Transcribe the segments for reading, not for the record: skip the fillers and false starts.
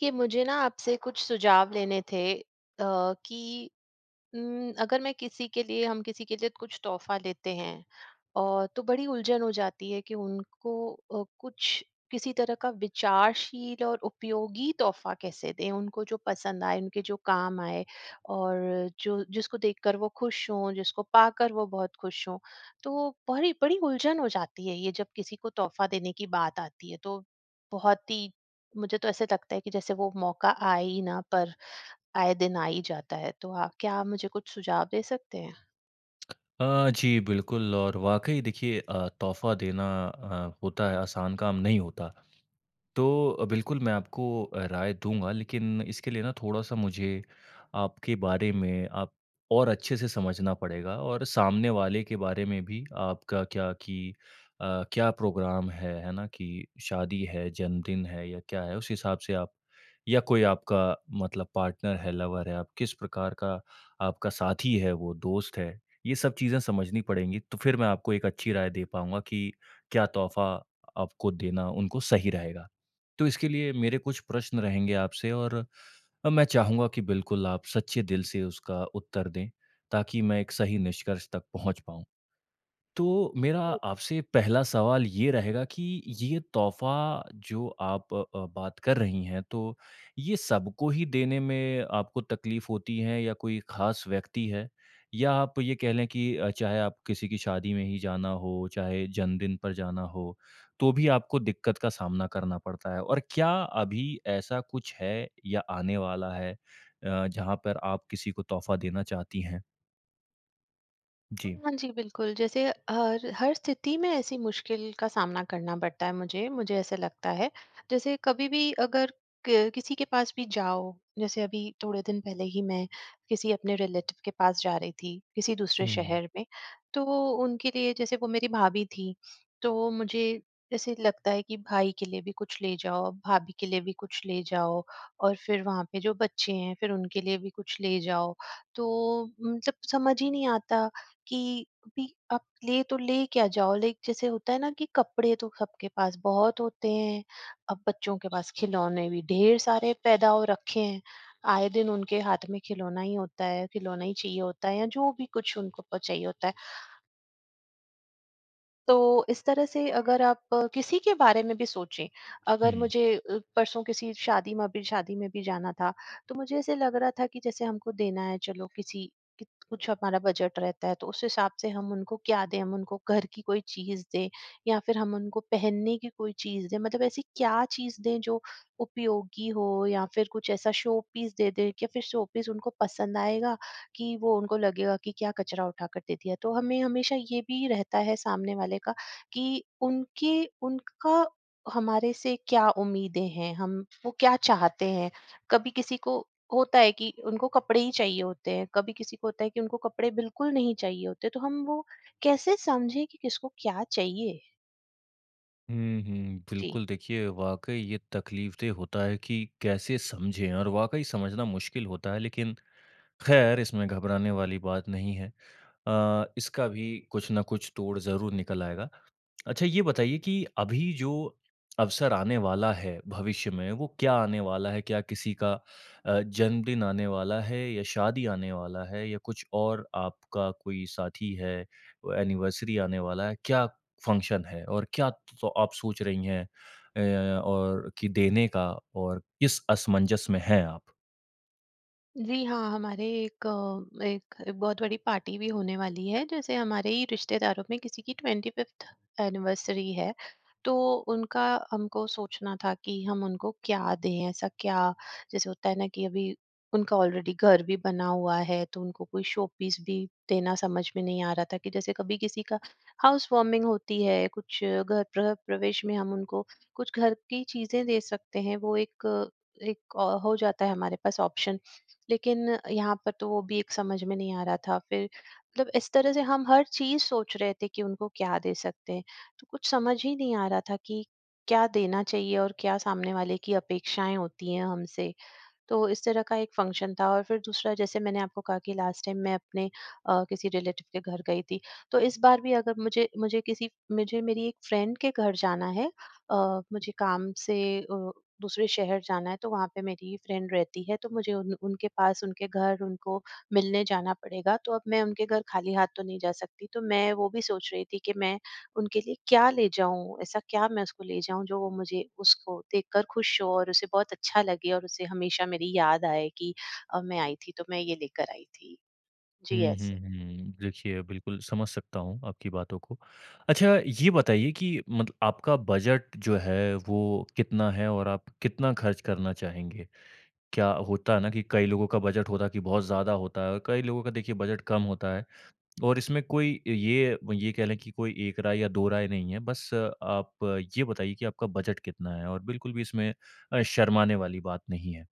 कि मुझे ना आपसे कुछ सुझाव लेने थे। अ, कि अगर मैं किसी के लिए हम किसी के लिए कुछ तोहफ़ा लेते हैं, और तो बड़ी उलझन हो जाती है कि उनको कुछ किसी तरह का विचारशील और उपयोगी तोहफ़ा कैसे दें, उनको जो पसंद आए, उनके जो काम आए और जो जिसको देखकर वो खुश हों, जिसको पाकर वो बहुत खुश हों। तो बड़ी बड़ी उलझन हो जाती है ये, जब किसी को तोहफ़ा देने की बात आती है, तो बहुत ही मुझे तो ऐसे लगता है कि जैसे वो मौका आए ही ना, पर आए दिन आ ही जाता है, तो आप क्या आप मुझे कुछ सुझाव दे सकते हैं? जी बिल्कुल और वाक़ई देखिए, तोहफ़ा देना होता है, आसान काम नहीं होता। तो बिल्कुल मैं आपको राय दूँगा, लेकिन इसके लिए ना थोड़ा-सा मुझे आपके बारे में आप और अच्छे से समझना पड़ेगा और सामने वाले के बारे में भी। आपका क्या कि क्या प्रोग्राम है ना? कि शादी है, जन्मदिन है या क्या है, उस हिसाब से। आप या कोई आपका मतलब पार्टनर है, लवर है, आप किस प्रकार का आपका साथी है वो, दोस्त है, ये सब चीज़ें समझनी पड़ेंगी, तो फिर मैं आपको एक अच्छी राय दे पाऊँगा कि क्या तोहफ़ा आपको देना उनको सही रहेगा। तो इसके लिए मेरे कुछ प्रश्न रहेंगे आपसे। और मैं चाहूँगा कि बिल्कुल आप सच्चे दिल से उसका उत्तर दें, ताकि मैं एक सही निष्कर्ष तक पहुँच पाऊँ। तो मेरा आपसे पहला सवाल ये रहेगा कि ये तोहफ़ा जो आप बात कर रही हैं, तो ये सबको ही देने में आपको तकलीफ़ होती है या कोई ख़ास व्यक्ति है? या आप ये कह लें कि चाहे आप किसी की शादी में ही जाना हो, चाहे जन्मदिन पर जाना हो, तो भी आपको दिक्कत का सामना करना पड़ता है? और क्या अभी ऐसा कुछ है या आने वाला है जहाँ पर आप किसी को तोहफ़ा देना चाहती हैं? जी। हाँ जी, बिल्कुल। जैसे हर हर स्थिति में ऐसी मुश्किल का सामना करना पड़ता है मुझे ऐसा लगता है। जैसे कभी भी अगर क किसी के पास भी जाओ, जैसे अभी थोड़े दिन पहले ही मैं किसी अपने रिलेटिव के पास जा रही थी, किसी दूसरे हुँ, शहर में। तो उनके लिए, जैसे वो मेरी भाभी थी, तो मुझे जैसे लगता है कि भाई के लिए भी कुछ ले जाओ, भाभी के लिए भी कुछ ले जाओ और फिर वहाँ पे जो बच्चे हैं, फिर उनके लिए भी कुछ ले जाओ। तो मतलब समझ ही नहीं आता कि भी आप ले तो ले क्या जाओ, लाइक जैसे होता है ना कि कपड़े तो सबके पास बहुत होते हैं। अब बच्चों के पास खिलौने भी ढेर सारे पैदा हो रखे हैं। आए दिन उनके हाथ में खिलौना ही होता है, खिलौना ही चाहिए होता है या जो भी कुछ उनको चाहिए होता है। तो इस तरह से अगर आप किसी के बारे में भी सोचें, अगर हुँ। मुझे परसों किसी शादी में भी जाना था, तो मुझे ऐसे लग रहा था कि जैसे हमको देना है, चलो किसी कुछ हमारा बजट रहता है तो उस हिसाब से हम उनको क्या दें, हम उनको घर की कोई चीज दें या फिर हम उनको पहनने की कोई चीज दें, मतलब ऐसी क्या चीज दें जो उपयोगी हो, या फिर कुछ ऐसा शो पीस दे दें, या फिर शो पीस उनको पसंद आएगा कि वो उनको लगेगा कि क्या कचरा उठा कर दे दिया। तो हमें हमेशा ये भी रहता है सामने वाले का, कि उनके उनका हमारे से क्या उम्मीदें हैं, हम वो क्या चाहते हैं। कभी किसी को होता है कि उनको कपड़े ही चाहिए होते हैं, कभी किसी को होता है कि उनको कपड़े बिल्कुल नहीं चाहिए होते। तो हम वो कैसे समझें कि किसको क्या चाहिए? हुँ, हुँ। जी। बिल्कुल, देखिए वाक़ई ये तकलीफ़देह होता है कि कैसे समझें, और वाक़ई समझना मुश्किल होता है, लेकिन ख़ैर इसमें घबराने वाली बात नहीं है। इसका भी कुछ न कुछ तोड़ ज़रूर निकल आएगा। अच्छा ये बताइए कि अभी जो अवसर आने वाला है भविष्य में, वो क्या आने वाला है? क्या किसी का जन्मदिन आने वाला है या शादी आने वाला है या कुछ और? आपका कोई साथी है, वो एनिवर्सरी आने वाला है, क्या फंक्शन है? और क्या तो आप सोच रही हैं और कि देने का और किस असमंजस में हैं आप? जी हाँ, हमारे एक अ, एक एक बहुत बड़ी पार्टी भी होने वाली है। जैसे हमारे ही रिश्तेदारों में किसी की 25th एनिवर्सरी है, तो उनका हमको सोचना था कि हम उनको क्या दें? ऐसा क्या, जैसे होता है ना कि अभी उनका ऑलरेडी घर भी बना हुआ है, तो उनको कोई शोपीस भी देना समझ में नहीं आ रहा था, कि जैसे कभी किसी का हाउस वार्मिंग होती है, कुछ घर गृह प्रह प्रवेश में हम उनको कुछ घर की चीज़ें दे सकते हैं। वो एक एक अ, हो जाता है हमारे पास ऑप्शन, लेकिन यहाँ पर तो वो भी एक समझ में नहीं आ रहा था। फिर मतलब इस तरह से हम हर चीज़ सोच रहे थे कि उनको क्या दे सकते हैं, तो कुछ समझ ही नहीं आ रहा था कि क्या देना चाहिए और क्या सामने वाले की अपेक्षाएं होती हैं हमसे। तो इस तरह का एक फंक्शन था, और फिर दूसरा, जैसे मैंने आपको कहा कि लास्ट टाइम मैं अपने किसी रिलेटिव के घर गई थी। तो इस बार भी, अगर मुझे मुझे किसी मुझे मेरी एक फ्रेंड के घर जाना है, मुझे काम से दूसरे शहर जाना है, तो वहाँ पे मेरी फ्रेंड रहती है, तो मुझे उन उनके पास उनके घर उनको मिलने जाना पड़ेगा। तो अब मैं उनके घर खाली हाथ तो नहीं जा सकती। तो मैं वो भी सोच रही थी कि मैं उनके लिए क्या ले जाऊँ? ऐसा क्या मैं उसको ले जाऊँ जो वो मुझे उसको देखकर खुश हो और उसे बहुत अच्छा लगे और उसे हमेशा मेरी याद आए कि मैं आई थी तो मैं ये लेकर आई थी। हुँ, जी, ऐसे। हुँ, हुँ। देखिए, बिल्कुल समझ सकता हूँ आपकी बातों को। अच्छा ये बताइए कि मतलब आपका बजट जो है वो कितना है और आप कितना खर्च करना चाहेंगे? क्या होता है ना कि कई लोगों का बजट होता है कि बहुत ज़्यादा होता है और कई लोगों का देखिए बजट कम होता है, और इसमें कोई ये कह लें कि कोई एक राय या दो राय नहीं है। बस आप ये बताइए कि आपका बजट कितना है, और बिल्कुल भी इसमें शर्माने वाली बात नहीं है।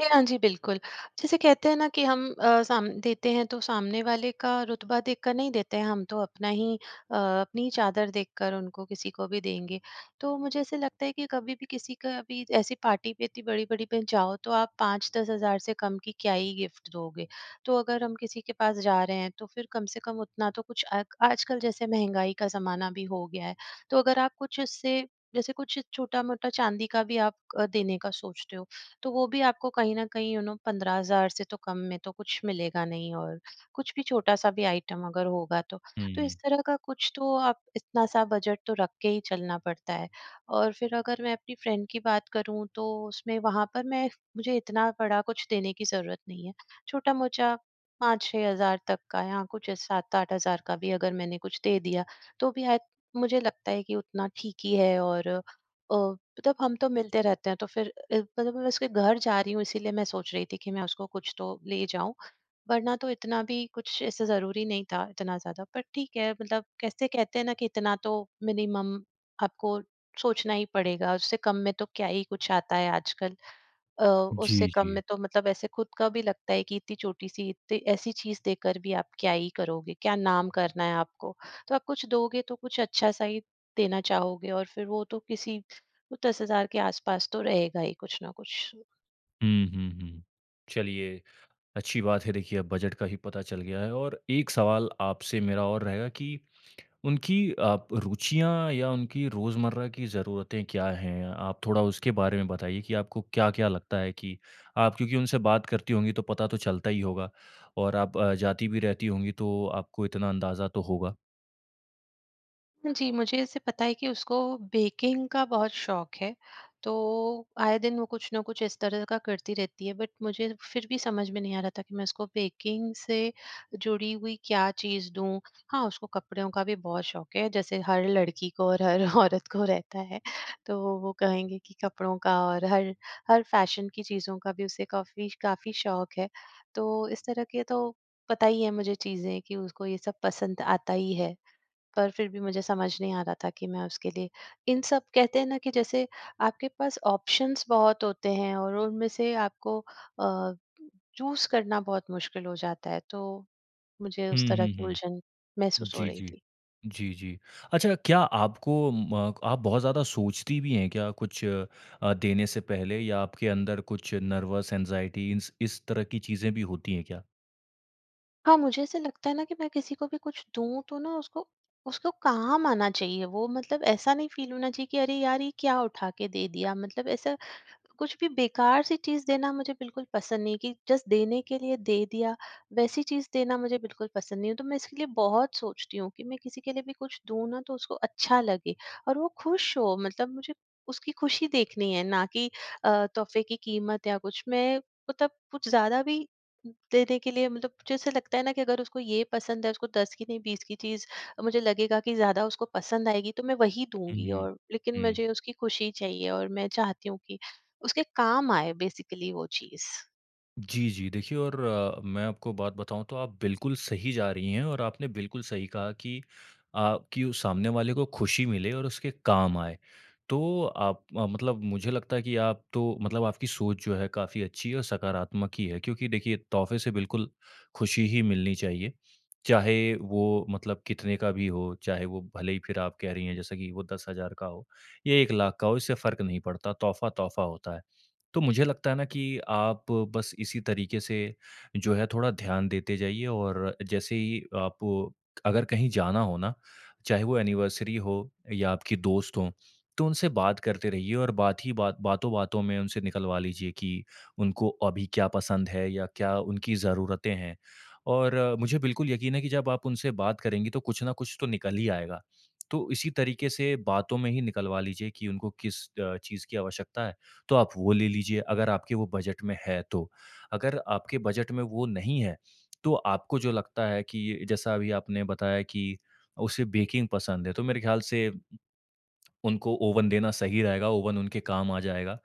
जी, हाँ जी, बिल्कुल। जैसे कहते हैं ना कि हम साम देते हैं तो सामने वाले का रुतबा देखकर नहीं देते हैं, हम तो अपना ही अपनी ही चादर देखकर उनको किसी को भी देंगे। तो मुझे ऐसे लगता है कि कभी भी किसी का भी ऐसी पार्टी पे, इतनी बड़ी-बड़ी पे जाओ तो आप 5-10 हज़ार से कम की क्या ही गिफ्ट दोगे। तो अगर हम किसी के पास जा रहे हैं तो फिर कम से कम उतना तो कुछ, आजकल जैसे महँगाई का ज़माना भी हो गया है। तो अगर आप कुछ उससे, जैसे कुछ छोटा-मोटा चाँदी का भी आप देने का सोचते हो, तो वो भी आपको कहीं न कहीं 15,000 से तो कम में तो कुछ मिलेगा नहीं, और कुछ भी छोटा-सा भी आइटम अगर होगा तो। हुँ, तो हुँ। इस तरह का कुछ तो, आप इतना-सा बजट तो रख के ही चलना पड़ता है। और फिर अगर मैं अपनी फ्रेंड की बात करूँ तो उसमें वहाँ पर मैं, मुझे इतना बड़ा कुछ देने की ज़रूरत नहीं है। छोटा-मोटा 5-6,000 तक का या कुछ 7-8,000 का भी अगर मैंने कुछ दे दिया, तो भी आय मुझे लगता है कि उतना ठीक ही है। और मतलब हम तो मिलते रहते हैं, तो फिर मतलब मैं उसके घर जा रही हूँ, इसीलिए मैं सोच रही थी कि मैं उसको कुछ तो ले जाऊं, वरना तो इतना भी कुछ ऐसे जरूरी नहीं था इतना ज्यादा, पर ठीक है, मतलब कैसे कहते हैं ना कि इतना तो मिनिमम आपको सोचना ही पड़ेगा, उससे कम में तो क्या ही कुछ आता है आजकल। अ, उससे जी, कम जी। में तो मतलब ऐसे खुद का भी लगता है कि इतनी छोटी सी, इतनी ऐसी चीज देकर भी आप क्या ही करोगे, क्या नाम करना है आपको। तो आप कुछ दोगे तो कुछ अच्छा सा ही देना चाहोगे, और फिर वो तो किसी, वो 10,000 के आसपास तो रहेगा ही कुछ ना कुछ। हुँ, हुँ, हुँ। चलिए, अच्छी बात है, देखिए अब बजट का ही पता चल गया है। और एक सवाल आपसे मेरा और रहेगा कि उनकी आप रुचियाँ या उनकी रोज़मर्रा की ज़रूरतें क्या हैं? आप थोड़ा उसके बारे में बताइए कि आपको क्या-क्या लगता है कि आप, क्योंकि उनसे बात करती होंगी तो पता तो चलता ही होगा, और आप जाती भी रहती होंगी तो आपको इतना अंदाज़ा तो होगा। जी, मुझे ऐसे पता है कि उसको बेकिंग का बहुत शौक है, तो आए दिन वो कुछ न कुछ इस तरह का करती रहती है, बट मुझे फिर भी समझ में नहीं आ रहा था कि मैं उसको बेकिंग से जुड़ी हुई क्या चीज़ दूँ। हाँ, उसको कपड़ों का भी बहुत शौक है, जैसे हर लड़की को और हर औरत को रहता है, तो वो कहेंगे कि कपड़ों का, और हर हर फ़ैशन की चीज़ों का भी उसे काफ़ी काफ़ी शौक है। तो इस तरह के तो पता ही है मुझे चीज़ें, कि उसको ये सब पसंद आता ही है। पर फिर भी मुझे समझ नहीं आ रहा था कि मैं उसके लिए इन सब, कहते हैं ना कि जैसे आपके पास ऑप्शंस बहुत होते हैं और उनमें से आपको चूज करना बहुत मुश्किल हो जाता है, तो मुझे उस हुँ, तरह हुँ, की हुँ। उलझन महसूस हो जी, रही जी। थी। जी, जी। अच्छा, क्या आपको म आप बहुत ज़्यादा सोचती भी हैं क्या कुछ देने से पहले, या आपके अंदर कुछ नर्वस, एंग्ज़ायटी इन्स इस तरह की चीज़ें भी होती हैं क्या? हाँ, मुझे ऐसे लगता है ना कि मैं किसी को भी कुछ दूं तो ना उसको उसको काम आना चाहिए, वो मतलब ऐसा नहीं फील होना चाहिए कि अरे यार ये क्या उठा के दे दिया, मतलब ऐसा कुछ भी बेकार सी चीज़ देना मुझे बिल्कुल पसंद नहीं है, कि जस्ट देने के लिए दे दिया, वैसी चीज़ देना मुझे बिल्कुल पसंद नहीं है। तो मैं इसके लिए बहुत सोचती हूँ कि मैं किसी के लिए भी कुछ दूँ ना, तो उसको अच्छा लगे और वो खुश हो, मतलब मुझे उसकी खुशी देखनी है, ना कि तोहफे की कीमत या कुछ। मैं मतलब कुछ ज़्यादा भी देने के लिए, मतलब जैसे लगता है ना कि अगर उसको ये पसंद है, उसको 10 की नहीं 20 की चीज़ मुझे लगेगा कि ज़्यादा उसको पसंद आएगी तो मैं वही दूँगी, हुँ, और लेकिन हुँ। मुझे उसकी खुशी चाहिए, और मैं चाहती हूँ कि उसके काम आए बेसिकली वो चीज़। जी, जी। देखिए और मैं आपको बात बताऊँ तो आप बिल्कुल सही जा रही हैं, और आपने बिल्कुल सही कहा कि आपकी उस सामने वाले को खुशी मिले और उसके काम आए। तो आप मतलब मुझे लगता है कि आप तो मतलब आपकी सोच जो है काफ़ी अच्छी है और सकारात्मक ही है, क्योंकि देखिए तोहफ़े से बिल्कुल खुशी ही मिलनी चाहिए। चाहे वो मतलब कितने का भी हो, चाहे वो भले ही फिर आप कह रही हैं जैसा कि वो 10,000 का हो या 1 लाख का हो, इससे फ़र्क नहीं पड़ता, तोहफ़ा, तोहफ़ा होता है। तो मुझे लगता है ना कि आप बस इसी तरीके से जो है थोड़ा ध्यान देते जाइए। और जैसे ही आप, अगर कहीं जाना हो ना, चाहे वो एनिवर्सरी हो या आपकी दोस्त हो, तो उनसे बात करते रहिए और बात ही बात, बातों बातों में उनसे निकलवा लीजिए कि उनको अभी क्या पसंद है या क्या उनकी ज़रूरतें हैं। और मुझे बिल्कुल यकीन है कि जब आप उनसे बात करेंगी तो कुछ ना कुछ तो निकल ही आएगा। तो इसी तरीके से बातों में ही निकलवा लीजिए कि उनको किस चीज़ की आवश्यकता है, तो आप वो ले लीजिए, अगर आपके वो बजट में है तो। अगर आपके बजट में वो नहीं है, तो आपको जो लगता है, कि जैसा अभी आपने बताया कि उसे बेकिंग पसंद है, तो मेरे ख़्याल से उनको ओवन देना सही रहेगा, ओवन उनके काम आ जाएगा।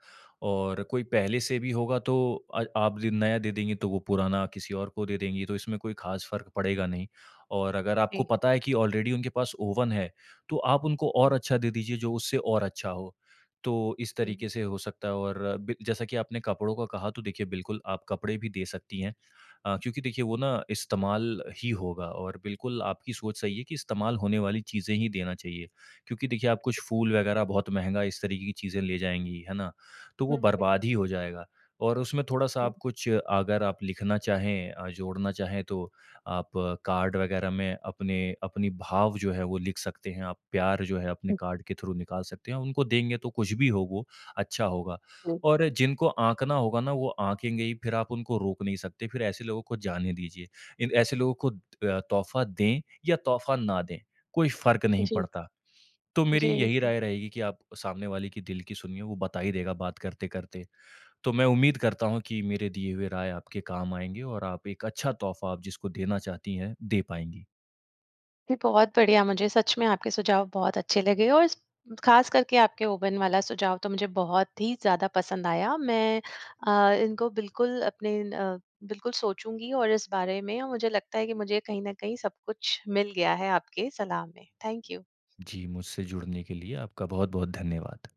और कोई पहले से भी होगा तो आप दि नया दे देंगी तो वो पुराना किसी और को दे देंगी, तो इसमें कोई ख़ास फ़र्क पड़ेगा नहीं। और अगर आपको जी। पता है कि ऑलरेडी उनके पास ओवन है, तो आप उनको और हुँ। अच्छा दे दीजिए, जो उससे और अच्छा हो। तो इस जी। तरीके से हो सकता है। और बि जैसा कि आपने कपड़ों का कहा, तो देखिए बिल्कुल आप कपड़े भी दे सकती हैं, क्योंकि देखिए वो ना इस्तेमाल ही होगा, और बिल्कुल आपकी सोच सही है कि इस्तेमाल होने वाली चीज़ें ही देना चाहिए। क्योंकि देखिए आप कुछ फूल वगैरह बहुत महँगा इस तरीके की चीज़ें ले जाएँगी, है ना? तो वो हुँ, बिल्कुल। बर्बाद ही हो जाएगा। और उसमें थोड़ा-सा आप कुछ अगर आप लिखना चाहें, जोड़ना चाहें तो आप कार्ड वगैरह में अपने अपनी भाव जो है वो लिख सकते हैं, आप प्यार जो है अपने कार्ड के थ्रू निकाल सकते हैं। उनको देंगे तो कुछ भी हो वो अच्छा होगा, और जिनको आँकना होगा ना वो आँकेंगे ही, फिर आप उनको रोक नहीं सकते, फिर ऐसे लोगों को जाने दीजिए। इन ऐसे लोगों को तोहफ़ा दें या तोहफ़ा ना दें, कोई फ़र्क नहीं जी, पड़ता। तो मेरी जी, यही जी। राय रहेगी कि आप सामने वाले की दिल की सुनिए, वो बता ही देगा बात करते-करते। तो मैं उम्मीद करता हूँ कि मेरे दिए हुए राय आपके काम आएँगे, और आप एक अच्छा तोहफ़ा आप जिसको देना चाहती हैं, दे पाएँगी। जी, बहुत जी। बढ़िया, मुझे सच में आपके सुझाव बहुत अच्छे लगे, और स ख़ास करके आपके ओवन वाला सुझाव तो मुझे बहुत ही ज़्यादा पसंद आया। मैं इनको बिल्कुल अपने बिल्कुल सोचूँगी और इस बारे में, और मुझे लगता है कि मुझे कहीं न कहीं सब कुछ मिल गया है आपके सलाह में। Thank you. जी, मुझसे जुड़ने के लिए आपका बहुत-बहुत धन्यवाद।